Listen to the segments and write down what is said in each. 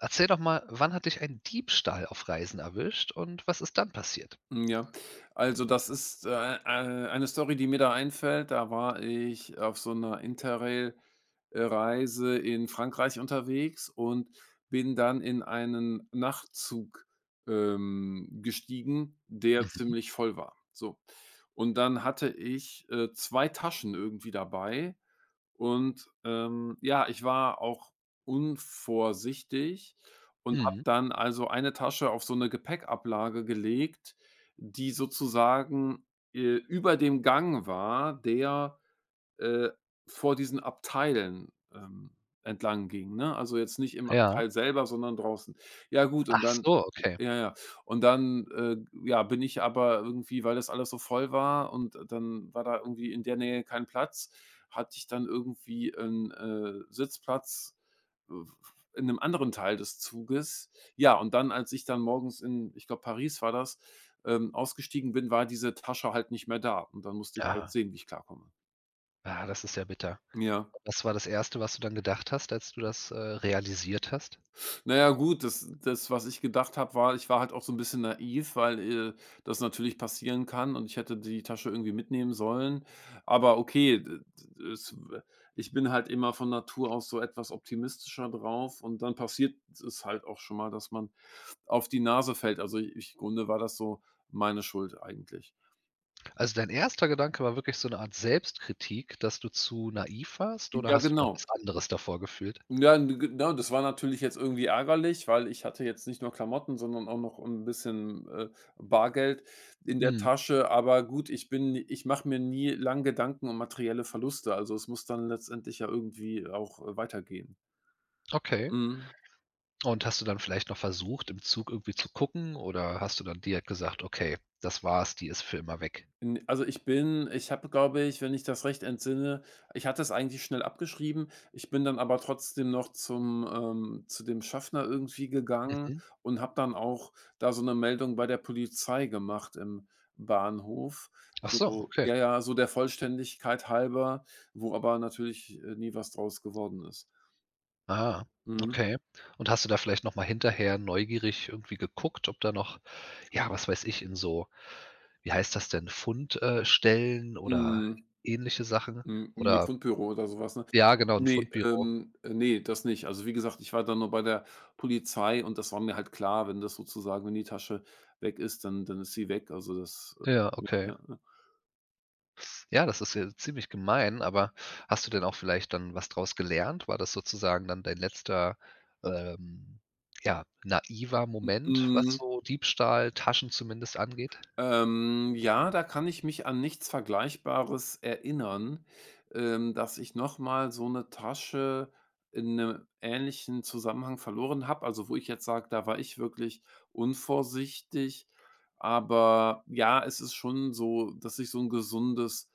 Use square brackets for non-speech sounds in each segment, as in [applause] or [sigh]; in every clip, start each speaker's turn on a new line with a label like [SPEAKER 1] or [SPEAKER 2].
[SPEAKER 1] Erzähl doch mal, wann hat dich ein Diebstahl auf Reisen erwischt und was ist dann passiert?
[SPEAKER 2] Hm, ja. Also, das ist, ei eine Story, die mir da einfällt. Da war ich auf so einer Interrail Reise in Frankreich unterwegs und bin dann in einen Nachtzug gestiegen, der
[SPEAKER 1] Mhm.
[SPEAKER 2] ziemlich voll war. So. Und dann hatte ich 2 Taschen irgendwie dabei und ja, ich war auch unvorsichtig und habe
[SPEAKER 1] Mhm.
[SPEAKER 2] dann also eine Tasche auf so eine Gepäckablage gelegt, die sozusagen über dem Gang war, der, äh, vor diesen Abteilen entlang ging, ne? Also, jetzt nicht im
[SPEAKER 1] Ja.
[SPEAKER 2] Abteil selber, sondern draußen. Ja, gut. Und
[SPEAKER 1] Ach
[SPEAKER 2] dann,
[SPEAKER 1] so, okay.
[SPEAKER 2] ja, ja. Und dann ja, bin ich aber irgendwie, weil das alles so voll war und dann war da irgendwie in der Nähe kein Platz, hatte ich dann irgendwie einen Sitzplatz w in einem anderen Teil des Zuges. Ja, und dann, als ich dann morgens in, ich glaube, Paris war das, ausgestiegen bin, war diese Tasche halt nicht mehr da und dann musste ich halt
[SPEAKER 1] Ja.
[SPEAKER 2] sehen, wie ich klarkomme.
[SPEAKER 1] Ah, das ist ja bitter.
[SPEAKER 2] Ja.
[SPEAKER 1] Was war das Erste, was du dann gedacht hast, als du das, realisiert hast?
[SPEAKER 2] Na ja, gut, das, was ich gedacht habe, war, ich war halt auch so ein bisschen naiv, weil, äh, das natürlich passieren kann und ich hätte die Tasche irgendwie mitnehmen sollen. Aber okay, d d es ich bin halt immer von Natur aus so etwas optimistischer drauf und dann passiert es halt auch schon mal, dass man auf die Nase fällt. Also, im Grunde war das so meine Schuld eigentlich.
[SPEAKER 1] Also, dein erster Gedanke war wirklich so eine Art Selbstkritik, dass du zu naiv warst oder
[SPEAKER 2] Ja,
[SPEAKER 1] hast du noch
[SPEAKER 2] genau.
[SPEAKER 1] was anderes davor gefühlt?
[SPEAKER 2] Ja, n genau, das war natürlich jetzt irgendwie ärgerlich, weil ich hatte jetzt nicht nur Klamotten, sondern auch noch ein bisschen Bargeld in der
[SPEAKER 1] Mhm,
[SPEAKER 2] Tasche. Aber gut, ich mache mir nie lang Gedanken um materielle Verluste. Also, es muss dann letztendlich ja irgendwie auch weitergehen.
[SPEAKER 1] okay.
[SPEAKER 2] Mhm.
[SPEAKER 1] Und hast du dann vielleicht noch versucht, im Zug irgendwie zu gucken oder hast du dann direkt gesagt: „Okay, das war's, die ist für immer weg?“
[SPEAKER 2] N Also, ich habe, glaube ich, wenn ich das recht entsinne, ich hatte es eigentlich schnell abgeschrieben. Ich bin dann aber trotzdem noch zum zu dem Schaffner irgendwie gegangen
[SPEAKER 1] Mhm.
[SPEAKER 2] und habe dann auch da so eine Meldung bei der Polizei gemacht im Bahnhof.
[SPEAKER 1] Ach so,
[SPEAKER 2] So,
[SPEAKER 1] okay.
[SPEAKER 2] ja, ja, so der Vollständigkeit halber, wo aber natürlich nie was draus geworden ist.
[SPEAKER 1] Ah,
[SPEAKER 2] Mhm.
[SPEAKER 1] okay. Und hast du da vielleicht noch mal hinterher neugierig irgendwie geguckt, ob da noch, ja, was weiß ich, in so wie heißt das denn, Fundstellen Stellen oder
[SPEAKER 2] Mhm.
[SPEAKER 1] ähnliche Sachen
[SPEAKER 2] Hm, ne,
[SPEAKER 1] oder
[SPEAKER 2] schon oder sowas, ne?
[SPEAKER 1] ja, genau, ein
[SPEAKER 2] Ne,
[SPEAKER 1] Fundbüro.
[SPEAKER 2] ne, das nicht. Also, wie gesagt, ich war dann nur bei der Polizei und das war mir halt klar, wenn das sozusagen, wenn die Tasche weg ist, dann ist sie weg. Also, das
[SPEAKER 1] Ja,
[SPEAKER 2] ja,
[SPEAKER 1] okay.
[SPEAKER 2] ja, ja.
[SPEAKER 1] Ja, das ist ja ziemlich gemein, aber hast du denn auch vielleicht dann was draus gelernt? War das sozusagen dann dein letzter, ähm, ja, naiver Moment, was
[SPEAKER 2] Mhm.
[SPEAKER 1] so Diebstahl, Taschen zumindest angeht?
[SPEAKER 2] Ja, da kann ich mich an nichts Vergleichbares erinnern, dass ich noch mal so eine Tasche in einem ähnlichen Zusammenhang verloren habe, also, wo ich jetzt sage, da war ich wirklich unvorsichtig. Aber ja, es ist schon so, dass ich so ein gesundes,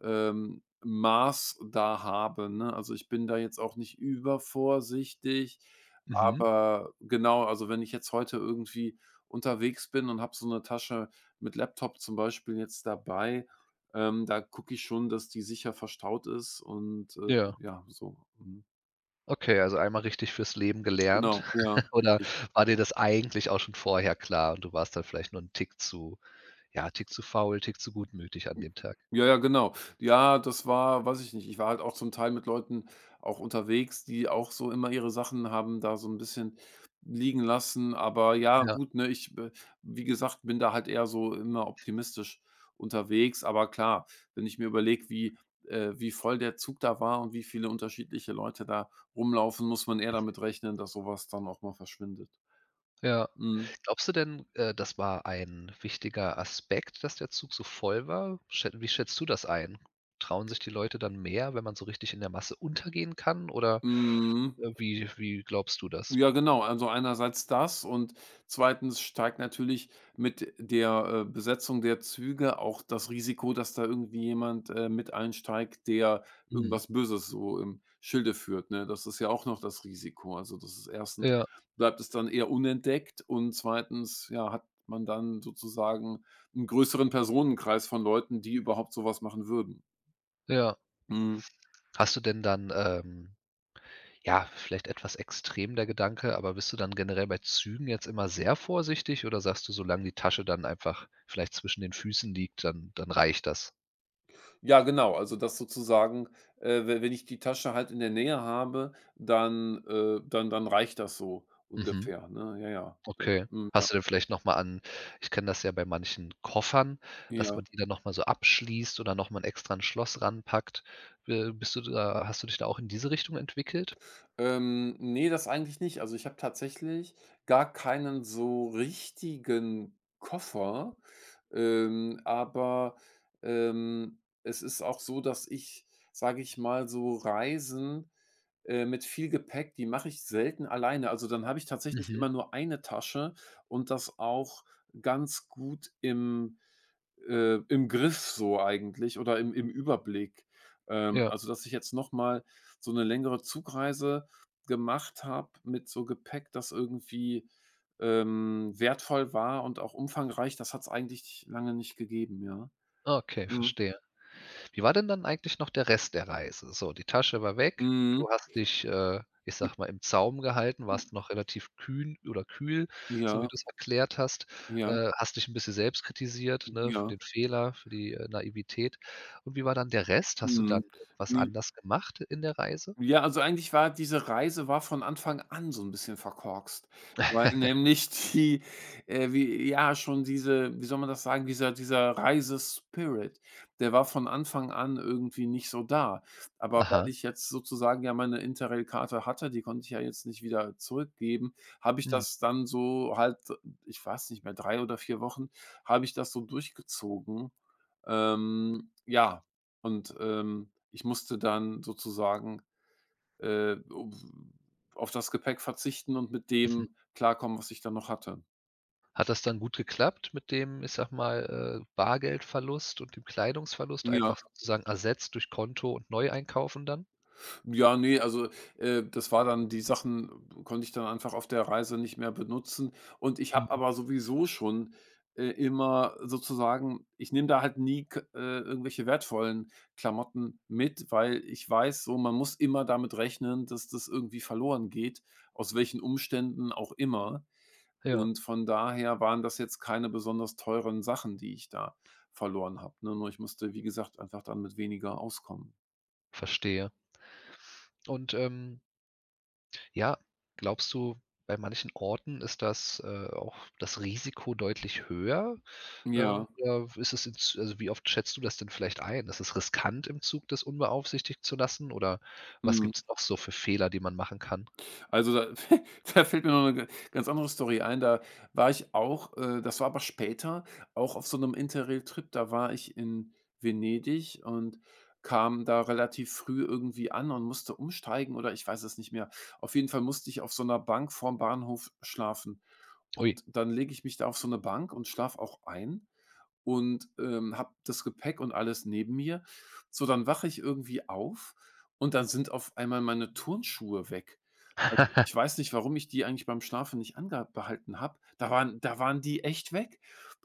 [SPEAKER 2] ähm, Maß da habe, ne? Also, ich bin da jetzt auch nicht übervorsichtig,
[SPEAKER 1] Mhm.
[SPEAKER 2] aber genau, also, wenn ich jetzt heute irgendwie unterwegs bin und habe so eine Tasche mit Laptop zum Beispiel jetzt dabei, da gucke ich schon, dass die sicher verstaut ist und
[SPEAKER 1] Ja.
[SPEAKER 2] ja, so. Mhm.
[SPEAKER 1] Okay, also einmal richtig fürs Leben gelernt.
[SPEAKER 2] Genau, ja.
[SPEAKER 1] [laughs] Oder war dir das eigentlich auch schon vorher klar und du warst dann vielleicht nur ein Tick zu ja, Tick zu faul, Tick zu gutmütig an dem Tag?
[SPEAKER 2] Ja, ja, genau. Ja, das war, weiß ich nicht. Ich war halt auch zum Teil mit Leuten auch unterwegs, die auch so immer ihre Sachen haben da so ein bisschen liegen lassen. Aber ja,
[SPEAKER 1] Ja,
[SPEAKER 2] gut, ne, ich wie gesagt, bin da halt eher so immer optimistisch unterwegs. Aber klar, wenn ich mir überlege, wie voll der Zug da war und wie viele unterschiedliche Leute da rumlaufen, muss man eher damit rechnen, dass sowas dann auch mal verschwindet.
[SPEAKER 1] ja.
[SPEAKER 2] Mhm.
[SPEAKER 1] Glaubst du denn, das war ein wichtiger Aspekt, dass der Zug so voll war? Schä Wie schätzt du das ein? Trauen sich die Leute dann mehr, wenn man so richtig in der Masse untergehen kann oder,
[SPEAKER 2] Mhm.
[SPEAKER 1] wie glaubst du das?
[SPEAKER 2] Ja, genau. Also einerseits das und zweitens steigt natürlich mit der Besetzung der Züge auch das Risiko, dass da irgendwie jemand mit einsteigt, der
[SPEAKER 1] Mhm.
[SPEAKER 2] irgendwas Böses so im Schilde führt, ne? Das ist ja auch noch das Risiko. Also, das ist erstens
[SPEAKER 1] Ja,
[SPEAKER 2] bleibt es dann eher unentdeckt und zweitens, ja, hat man dann sozusagen einen größeren Personenkreis von Leuten, die überhaupt sowas machen würden.
[SPEAKER 1] ja.
[SPEAKER 2] Mhm.
[SPEAKER 1] Hast du denn dann, ja, vielleicht etwas extrem der Gedanke, aber bist du dann generell bei Zügen jetzt immer sehr vorsichtig oder sagst du, solange die Tasche dann einfach vielleicht zwischen den Füßen liegt, dann reicht das?
[SPEAKER 2] Ja, genau. Also, das sozusagen, we wenn ich die Tasche halt in der Nähe habe, dann reicht das so
[SPEAKER 1] Mhm.
[SPEAKER 2] ungefähr, ne? Ja, ja. Dann,
[SPEAKER 1] Okay.
[SPEAKER 2] mhm, ja,
[SPEAKER 1] Hast du denn vielleicht noch mal an ich kenne das ja bei manchen Koffern, dass
[SPEAKER 2] ja.
[SPEAKER 1] man die dann noch mal so abschließt oder noch mal 'n extra 'n Schloss ranpackt. Bist du da hast du dich da auch in diese Richtung entwickelt?
[SPEAKER 2] Ne, das eigentlich nicht. Also, ich habe tatsächlich gar keinen so richtigen Koffer, aber es ist auch so, dass ich, sage ich mal, so Reisen mit viel Gepäck, die mache ich selten alleine. Also, dann habe ich tatsächlich
[SPEAKER 1] Mhm.
[SPEAKER 2] immer nur eine Tasche und das auch ganz gut im Griff so eigentlich oder im Überblick.
[SPEAKER 1] Ja.
[SPEAKER 2] Also, dass ich jetzt noch mal so eine längere Zugreise gemacht habe mit so Gepäck, das irgendwie wertvoll war und auch umfangreich, das hat es eigentlich lange nicht gegeben, ja.
[SPEAKER 1] Ah, okay,
[SPEAKER 2] Mhm.
[SPEAKER 1] verstehe. Wie war denn dann eigentlich noch der Rest der Reise? So, die Tasche war weg.
[SPEAKER 2] Mhm.
[SPEAKER 1] Du hast dich, ich sage mal, im Zaum gehalten, warst noch relativ kühn oder kühl, so wie
[SPEAKER 2] Ja,
[SPEAKER 1] du es erklärt hast.
[SPEAKER 2] ja,
[SPEAKER 1] Hast dich ein bisschen selbst kritisiert, ne, für
[SPEAKER 2] ja.
[SPEAKER 1] den Fehler, für die, Naivität. Und wie war dann der Rest? Hast du dann
[SPEAKER 2] Mhm.
[SPEAKER 1] was
[SPEAKER 2] Ne.
[SPEAKER 1] anders gemacht in der Reise?
[SPEAKER 2] Ja, also eigentlich war diese Reise war von Anfang an so 'n bisschen verkorkst, weil
[SPEAKER 1] [laughs]
[SPEAKER 2] nämlich wie ja, schon diese, wie soll man das sagen, dieser Reisespirit, der war von Anfang an irgendwie nicht so da. Aber weil
[SPEAKER 1] Aha.
[SPEAKER 2] ich jetzt sozusagen ja meine Interrail-Karte hatte, die konnte ich ja jetzt nicht wieder zurückgeben, habe ich
[SPEAKER 1] Mhm,
[SPEAKER 2] das dann so halt, ich weiß nicht mehr, 3 oder 4 Wochen habe ich das so durchgezogen. Ja, und ich musste dann sozusagen äh, auf das Gepäck verzichten und mit
[SPEAKER 1] mhm.
[SPEAKER 2] dem klarkommen, was ich dann noch hatte.
[SPEAKER 1] Hat das dann gut geklappt mit dem, ich sage mal, Bargeldverlust und dem Kleidungsverlust,
[SPEAKER 2] Ja.
[SPEAKER 1] einfach sozusagen ersetzt durch Konto und Neueinkaufen dann?
[SPEAKER 2] Ja, ne, also, das war dann die Sachen konnte ich dann einfach auf der Reise nicht mehr benutzen und ich habe
[SPEAKER 1] Mhm.
[SPEAKER 2] aber sowieso schon immer sozusagen, ich nehme da halt nie k irgendwelche wertvollen Klamotten mit, weil ich weiß so, man muss immer damit rechnen, dass das irgendwie verloren geht, aus welchen Umständen auch immer.
[SPEAKER 1] Ja.
[SPEAKER 2] Und von daher waren das jetzt keine besonders teuren Sachen, die ich da verloren habe, ne? Nur ich musste, wie gesagt, einfach dann mit weniger auskommen.
[SPEAKER 1] Verstehe. Und, ja, glaubst du, bei manchen Orten ist das, auch das Risiko deutlich höher?
[SPEAKER 2] Ja,
[SPEAKER 1] Oder ist es jetzt also, wie oft schätzt du das denn vielleicht ein? Ist es riskant, im Zug das unbeaufsichtigt zu lassen? Oder was
[SPEAKER 2] mhm.
[SPEAKER 1] gibt es noch so für Fehler, die man machen kann?
[SPEAKER 2] Also, da [laughs] da fällt mir noch eine ganz andere Story ein. Da war ich auch das war aber später, auch auf so einem Interrail-Trip. Da war ich in Venedig und kam da relativ früh irgendwie an und musste umsteigen oder ich weiß es nicht mehr. Auf jeden Fall musste ich auf so einer Bank vorm Bahnhof schlafen.
[SPEAKER 1] Ui.
[SPEAKER 2] Und dann lege ich mich da auf so eine Bank und schlafe auch ein und habe das Gepäck und alles neben mir. So, dann wache ich irgendwie auf und dann sind auf einmal meine Turnschuhe weg. Also, ich
[SPEAKER 1] [laughs]
[SPEAKER 2] weiß nicht, warum ich die eigentlich beim Schlafen nicht angehalten behalten habe. Da waren die echt weg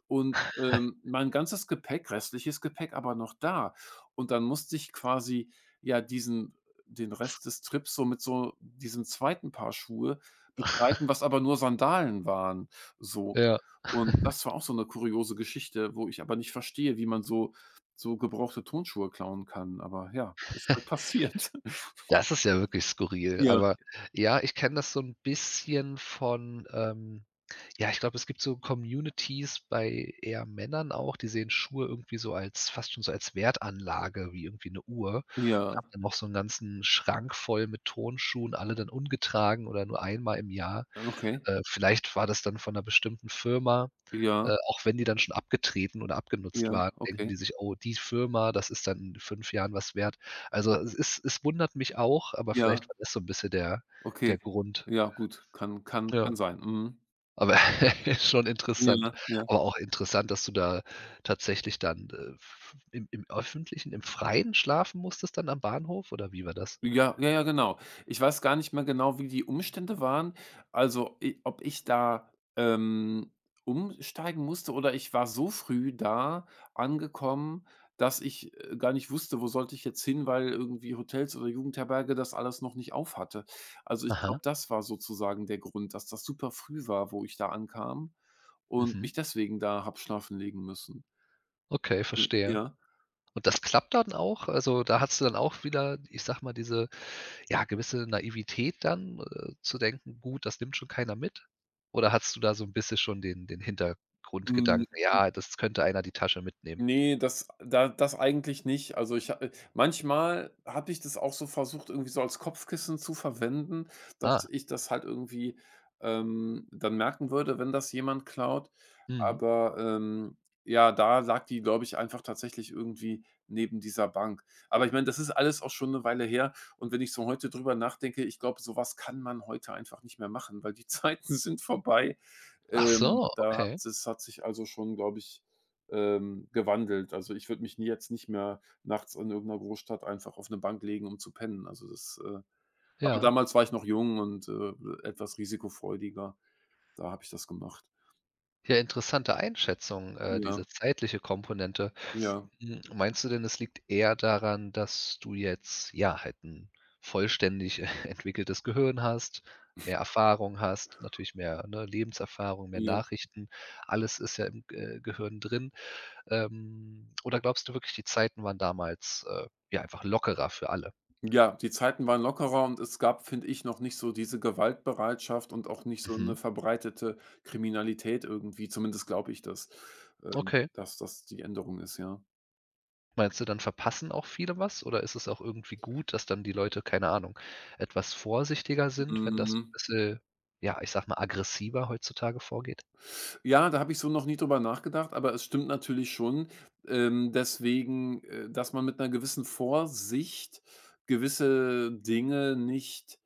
[SPEAKER 2] und mein ganzes Gepäck restliches Gepäck aber noch da. Und dann musste ich quasi, ja, diesen den Rest des Trips so mit so diesem zweiten Paar Schuhe bestreiten, was aber nur Sandalen waren, so.
[SPEAKER 1] Ja.
[SPEAKER 2] Und das war auch so eine kuriose Geschichte, wo ich aber nicht verstehe, wie man so gebrauchte Turnschuhe klauen kann. Aber ja, ist halt passiert. [laughs]
[SPEAKER 1] Das ist ja wirklich skurril,
[SPEAKER 2] Ja,
[SPEAKER 1] aber ja, ich kenne das so 'n bisschen von, ja, ich glaube, es gibt so Communities bei eher Männern auch, die sehen Schuhe irgendwie so als fast schon so als Wertanlage wie irgendwie 'ne Uhr und
[SPEAKER 2] ja,
[SPEAKER 1] haben dann noch so 'n ganzen Schrank voll mit Turnschuhen, alle dann ungetragen oder nur einmal im Jahr.
[SPEAKER 2] okay.
[SPEAKER 1] Vielleicht war das dann von 'ner bestimmten Firma
[SPEAKER 2] Ja,
[SPEAKER 1] auch wenn die dann schon abgetreten oder abgenutzt
[SPEAKER 2] ja,
[SPEAKER 1] waren, denken
[SPEAKER 2] okay.
[SPEAKER 1] die sich: „Oh, die Firma, das ist dann in 5 Jahren was wert.“ Also, es ist es wundert mich auch, aber
[SPEAKER 2] Ja,
[SPEAKER 1] vielleicht war das so 'n bisschen der
[SPEAKER 2] okay.
[SPEAKER 1] der Grund.
[SPEAKER 2] Ja, gut, kann kann
[SPEAKER 1] Ja,
[SPEAKER 2] kann sein. Mhm.
[SPEAKER 1] aber [laughs] schon
[SPEAKER 2] Ja,
[SPEAKER 1] interessant.
[SPEAKER 2] ja.
[SPEAKER 1] Aber auch interessant, dass du da tatsächlich dann, f im öffentlichen, im Freien schlafen musstest dann am Bahnhof oder wie war das?
[SPEAKER 2] Ja, ja, ja, genau. Ich weiß gar nicht mehr genau, wie die Umstände waren. Also, i ob ich da umsteigen musste oder ich war so früh da angekommen, dass ich gar nicht wusste, wo sollte ich jetzt hin, weil irgendwie Hotels oder Jugendherberge das alles noch nicht auf hatte. Also, ich glaube,
[SPEAKER 1] Aha,
[SPEAKER 2] das war sozusagen der Grund, dass das super früh war, wo ich da ankam und
[SPEAKER 1] mhm.
[SPEAKER 2] mich deswegen da hab schlafen legen müssen.
[SPEAKER 1] Okay, verstehe.
[SPEAKER 2] Ja.
[SPEAKER 1] Und das klappt dann auch. Also, da hast du dann auch wieder, ich sage mal, diese, ja, gewisse Naivität dann, zu denken: „Gut, das nimmt schon keiner mit.“ Oder hast du da so ein bisschen schon den
[SPEAKER 2] Mhm.
[SPEAKER 1] Hintergrundgedanken: „Ja, das könnte einer die Tasche mitnehmen?“
[SPEAKER 2] Ne, das eigentlich nicht. Also, ich ha manchmal habe ich das auch so versucht, irgendwie so als Kopfkissen zu verwenden, dass
[SPEAKER 1] Ah,
[SPEAKER 2] ich das halt irgendwie, dann merken würde, wenn das jemand klaut.
[SPEAKER 1] mhm.
[SPEAKER 2] Aber, ja, da lag die, glaube ich, einfach tatsächlich irgendwie neben dieser Bank. Aber ich meine, das ist alles auch schon eine Weile her und wenn ich so heute drüber nachdenke, ich glaube, sowas kann man heute einfach nicht mehr machen, weil die [laughs] Zeiten sind vorbei.
[SPEAKER 1] Ach so,
[SPEAKER 2] Da hat
[SPEAKER 1] okay,
[SPEAKER 2] das hat sich also schon, glaube ich, gewandelt. Also, ich würde mich nie, jetzt nicht mehr, nachts in irgendeiner Großstadt einfach auf eine Bank legen, um zu pennen. Also, das aber
[SPEAKER 1] ja.
[SPEAKER 2] damals war ich noch jung und etwas risikofreudiger. Da habe ich das gemacht.
[SPEAKER 1] Ja, interessante Einschätzung,
[SPEAKER 2] Ja,
[SPEAKER 1] diese zeitliche Komponente.
[SPEAKER 2] ja,
[SPEAKER 1] Hm, meinst du denn, es liegt eher daran, dass du jetzt, ja, halt ein vollständig [laughs] entwickeltes Gehirn hast, mehr Erfahrung hast, natürlich mehr, ne, Lebenserfahrung, mehr
[SPEAKER 2] ja.
[SPEAKER 1] Nachrichten. Alles ist ja im, Gehirn drin. Oder glaubst du wirklich, die Zeiten waren damals, ja, einfach lockerer für alle?
[SPEAKER 2] Ja, die Zeiten waren lockerer und es gab, finde ich, noch nicht so diese Gewaltbereitschaft und auch nicht so eine
[SPEAKER 1] Mhm,
[SPEAKER 2] verbreitete Kriminalität irgendwie. Zumindest glaube ich das,
[SPEAKER 1] okay.
[SPEAKER 2] dass das die Änderung ist, ja.
[SPEAKER 1] Meinst du, dann verpassen auch viele was oder ist es auch irgendwie gut, dass dann die Leute, keine Ahnung, etwas vorsichtiger sind, wenn das so 'n
[SPEAKER 2] Mhm.
[SPEAKER 1] bisschen, ja, ich sage mal, aggressiver heutzutage vorgeht?
[SPEAKER 2] Ja, da habe ich so noch nie drüber nachgedacht, aber es stimmt natürlich schon. Deswegen, dass man mit einer gewissen Vorsicht gewisse Dinge nicht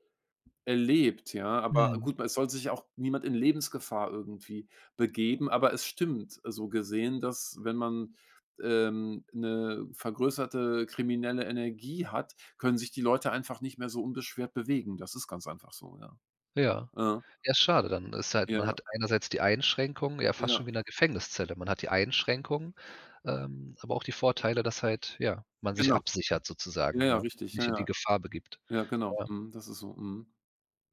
[SPEAKER 2] erlebt, ja. Aber
[SPEAKER 1] Mhm.
[SPEAKER 2] gut, es soll sich auch niemand in Lebensgefahr irgendwie begeben, aber es stimmt, so gesehen, dass wenn man, 'ne vergrößerte kriminelle Energie hat, können sich die Leute einfach nicht mehr so unbeschwert bewegen. Das ist ganz einfach so, ja.
[SPEAKER 1] Ja.
[SPEAKER 2] Mhm.
[SPEAKER 1] Ja, schade dann. Ist halt
[SPEAKER 2] Ja,
[SPEAKER 1] man hat einerseits die Einschränkung, ja, fast
[SPEAKER 2] ja,
[SPEAKER 1] schon wie in 'ner Gefängniszelle. Man hat die Einschränkungen, aber auch die Vorteile, dass halt, ja, man sich
[SPEAKER 2] genau.
[SPEAKER 1] absichert
[SPEAKER 2] Ja,
[SPEAKER 1] sozusagen,
[SPEAKER 2] ja,
[SPEAKER 1] ne?
[SPEAKER 2] richtig. Ja,
[SPEAKER 1] Nicht in
[SPEAKER 2] ja.
[SPEAKER 1] die Gefahr begibt.
[SPEAKER 2] Ja, genau.
[SPEAKER 1] Ja.
[SPEAKER 2] Mhm, das ist so. Mhm.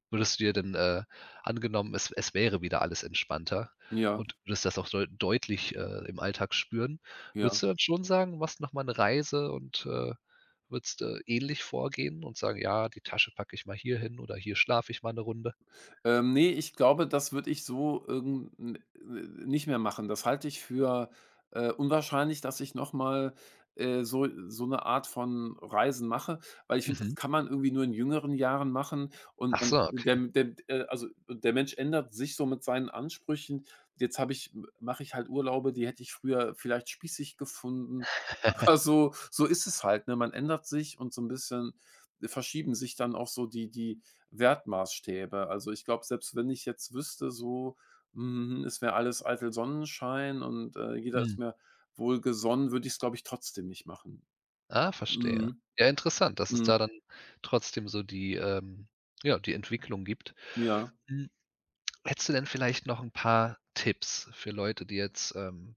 [SPEAKER 1] Würdest du dir denn, angenommen, es wäre wieder alles entspannter
[SPEAKER 2] Ja,
[SPEAKER 1] und würdest das auch deutlich, im Alltag spüren,
[SPEAKER 2] ja.
[SPEAKER 1] würdest du dann schon sagen, machst noch mal 'ne Reise und, würdest, ähnlich vorgehen und sagen: „Ja, die Tasche packe ich mal hier hin oder hier schlafe ich mal 'ne Runde?“
[SPEAKER 2] Ne, ich glaube, das würde ich so irgend 'n n nicht mehr machen. Das halte ich für unwahrscheinlich, dass ich noch mal so eine Art von Reisen mache, weil ich finde, das
[SPEAKER 1] Mhm.
[SPEAKER 2] kann man irgendwie nur in jüngeren Jahren machen
[SPEAKER 1] Ach
[SPEAKER 2] und
[SPEAKER 1] so,
[SPEAKER 2] der
[SPEAKER 1] okay.
[SPEAKER 2] der also, der Mensch ändert sich so mit seinen Ansprüchen. Jetzt habe ich mache ich halt Urlaube, die hätte ich früher vielleicht spießig gefunden.
[SPEAKER 1] [laughs]
[SPEAKER 2] Also, so ist es halt, ne? Man ändert sich und so ein bisschen verschieben sich dann auch so die Wertmaßstäbe. Also, ich glaube, selbst wenn ich jetzt wüsste so, mhm, es wäre alles eitel Sonnenschein und jeder ist
[SPEAKER 1] Mhm.
[SPEAKER 2] mir wohlgesonnen, würde ich es, glaube ich, trotzdem nicht machen.
[SPEAKER 1] Ah, verstehe.
[SPEAKER 2] Mhm,
[SPEAKER 1] Ja, interessant, dass es
[SPEAKER 2] mhm,
[SPEAKER 1] da dann trotzdem so die, ja, die Entwicklung gibt.
[SPEAKER 2] ja,
[SPEAKER 1] Hm, hättest du denn vielleicht noch 'n paar Tipps für Leute, die jetzt,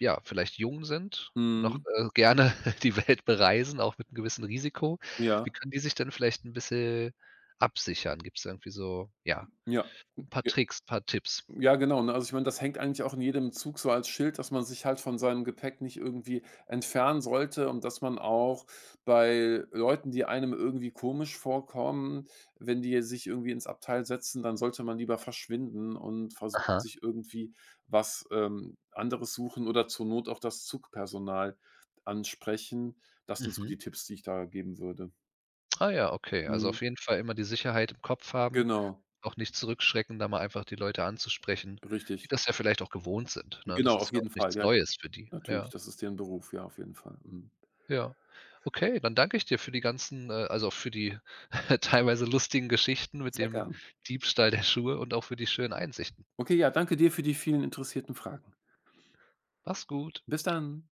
[SPEAKER 1] ja, vielleicht jung sind, noch,
[SPEAKER 2] mhm,
[SPEAKER 1] gerne [laughs] die Welt bereisen, auch mit einem gewissen Risiko.
[SPEAKER 2] ja,
[SPEAKER 1] Wie können die sich denn vielleicht ein bisschen absichern? Gibt's da irgendwie so, ja,
[SPEAKER 2] ja,
[SPEAKER 1] ein paar
[SPEAKER 2] ja.
[SPEAKER 1] Tricks, ein paar Tipps?
[SPEAKER 2] Ja, genau, ne? Also, ich meine, das hängt eigentlich auch in jedem Zug so als Schild, dass man sich halt von seinem Gepäck nicht irgendwie entfernen sollte und dass man auch bei Leuten, die einem irgendwie komisch vorkommen, wenn die sich irgendwie ins Abteil setzen, dann sollte man lieber verschwinden und versucht
[SPEAKER 1] Aha,
[SPEAKER 2] sich irgendwie was anderes suchen oder zur Not auch das Zugpersonal ansprechen. Das sind so
[SPEAKER 1] mhm.
[SPEAKER 2] die Tipps, die ich da geben würde.
[SPEAKER 1] Ah ja, okay. Also,
[SPEAKER 2] Mhm.
[SPEAKER 1] auf jeden Fall immer die Sicherheit im Kopf haben,
[SPEAKER 2] Genau,
[SPEAKER 1] auch nicht zurückschrecken, da mal einfach die Leute anzusprechen, die
[SPEAKER 2] richtig.
[SPEAKER 1] das ja vielleicht auch gewohnt sind, ne? Das
[SPEAKER 2] Genau,
[SPEAKER 1] ist
[SPEAKER 2] auf
[SPEAKER 1] ja auch
[SPEAKER 2] jeden Fall.
[SPEAKER 1] nichts
[SPEAKER 2] Ja, ja,
[SPEAKER 1] Neues für die,
[SPEAKER 2] natürlich,
[SPEAKER 1] ja.
[SPEAKER 2] das ist deren Beruf, ja, auf jeden Fall. Mhm.
[SPEAKER 1] Ja. Okay, dann danke ich dir für die ganzen also, auch für die [laughs] teilweise lustigen Geschichten mit
[SPEAKER 2] Sehr
[SPEAKER 1] dem
[SPEAKER 2] gern.
[SPEAKER 1] Diebstahl der Schuhe und auch für die schönen Einsichten.
[SPEAKER 2] Okay, ja, danke dir für die vielen interessierten Fragen.
[SPEAKER 1] Mach's gut.
[SPEAKER 2] Bis dann.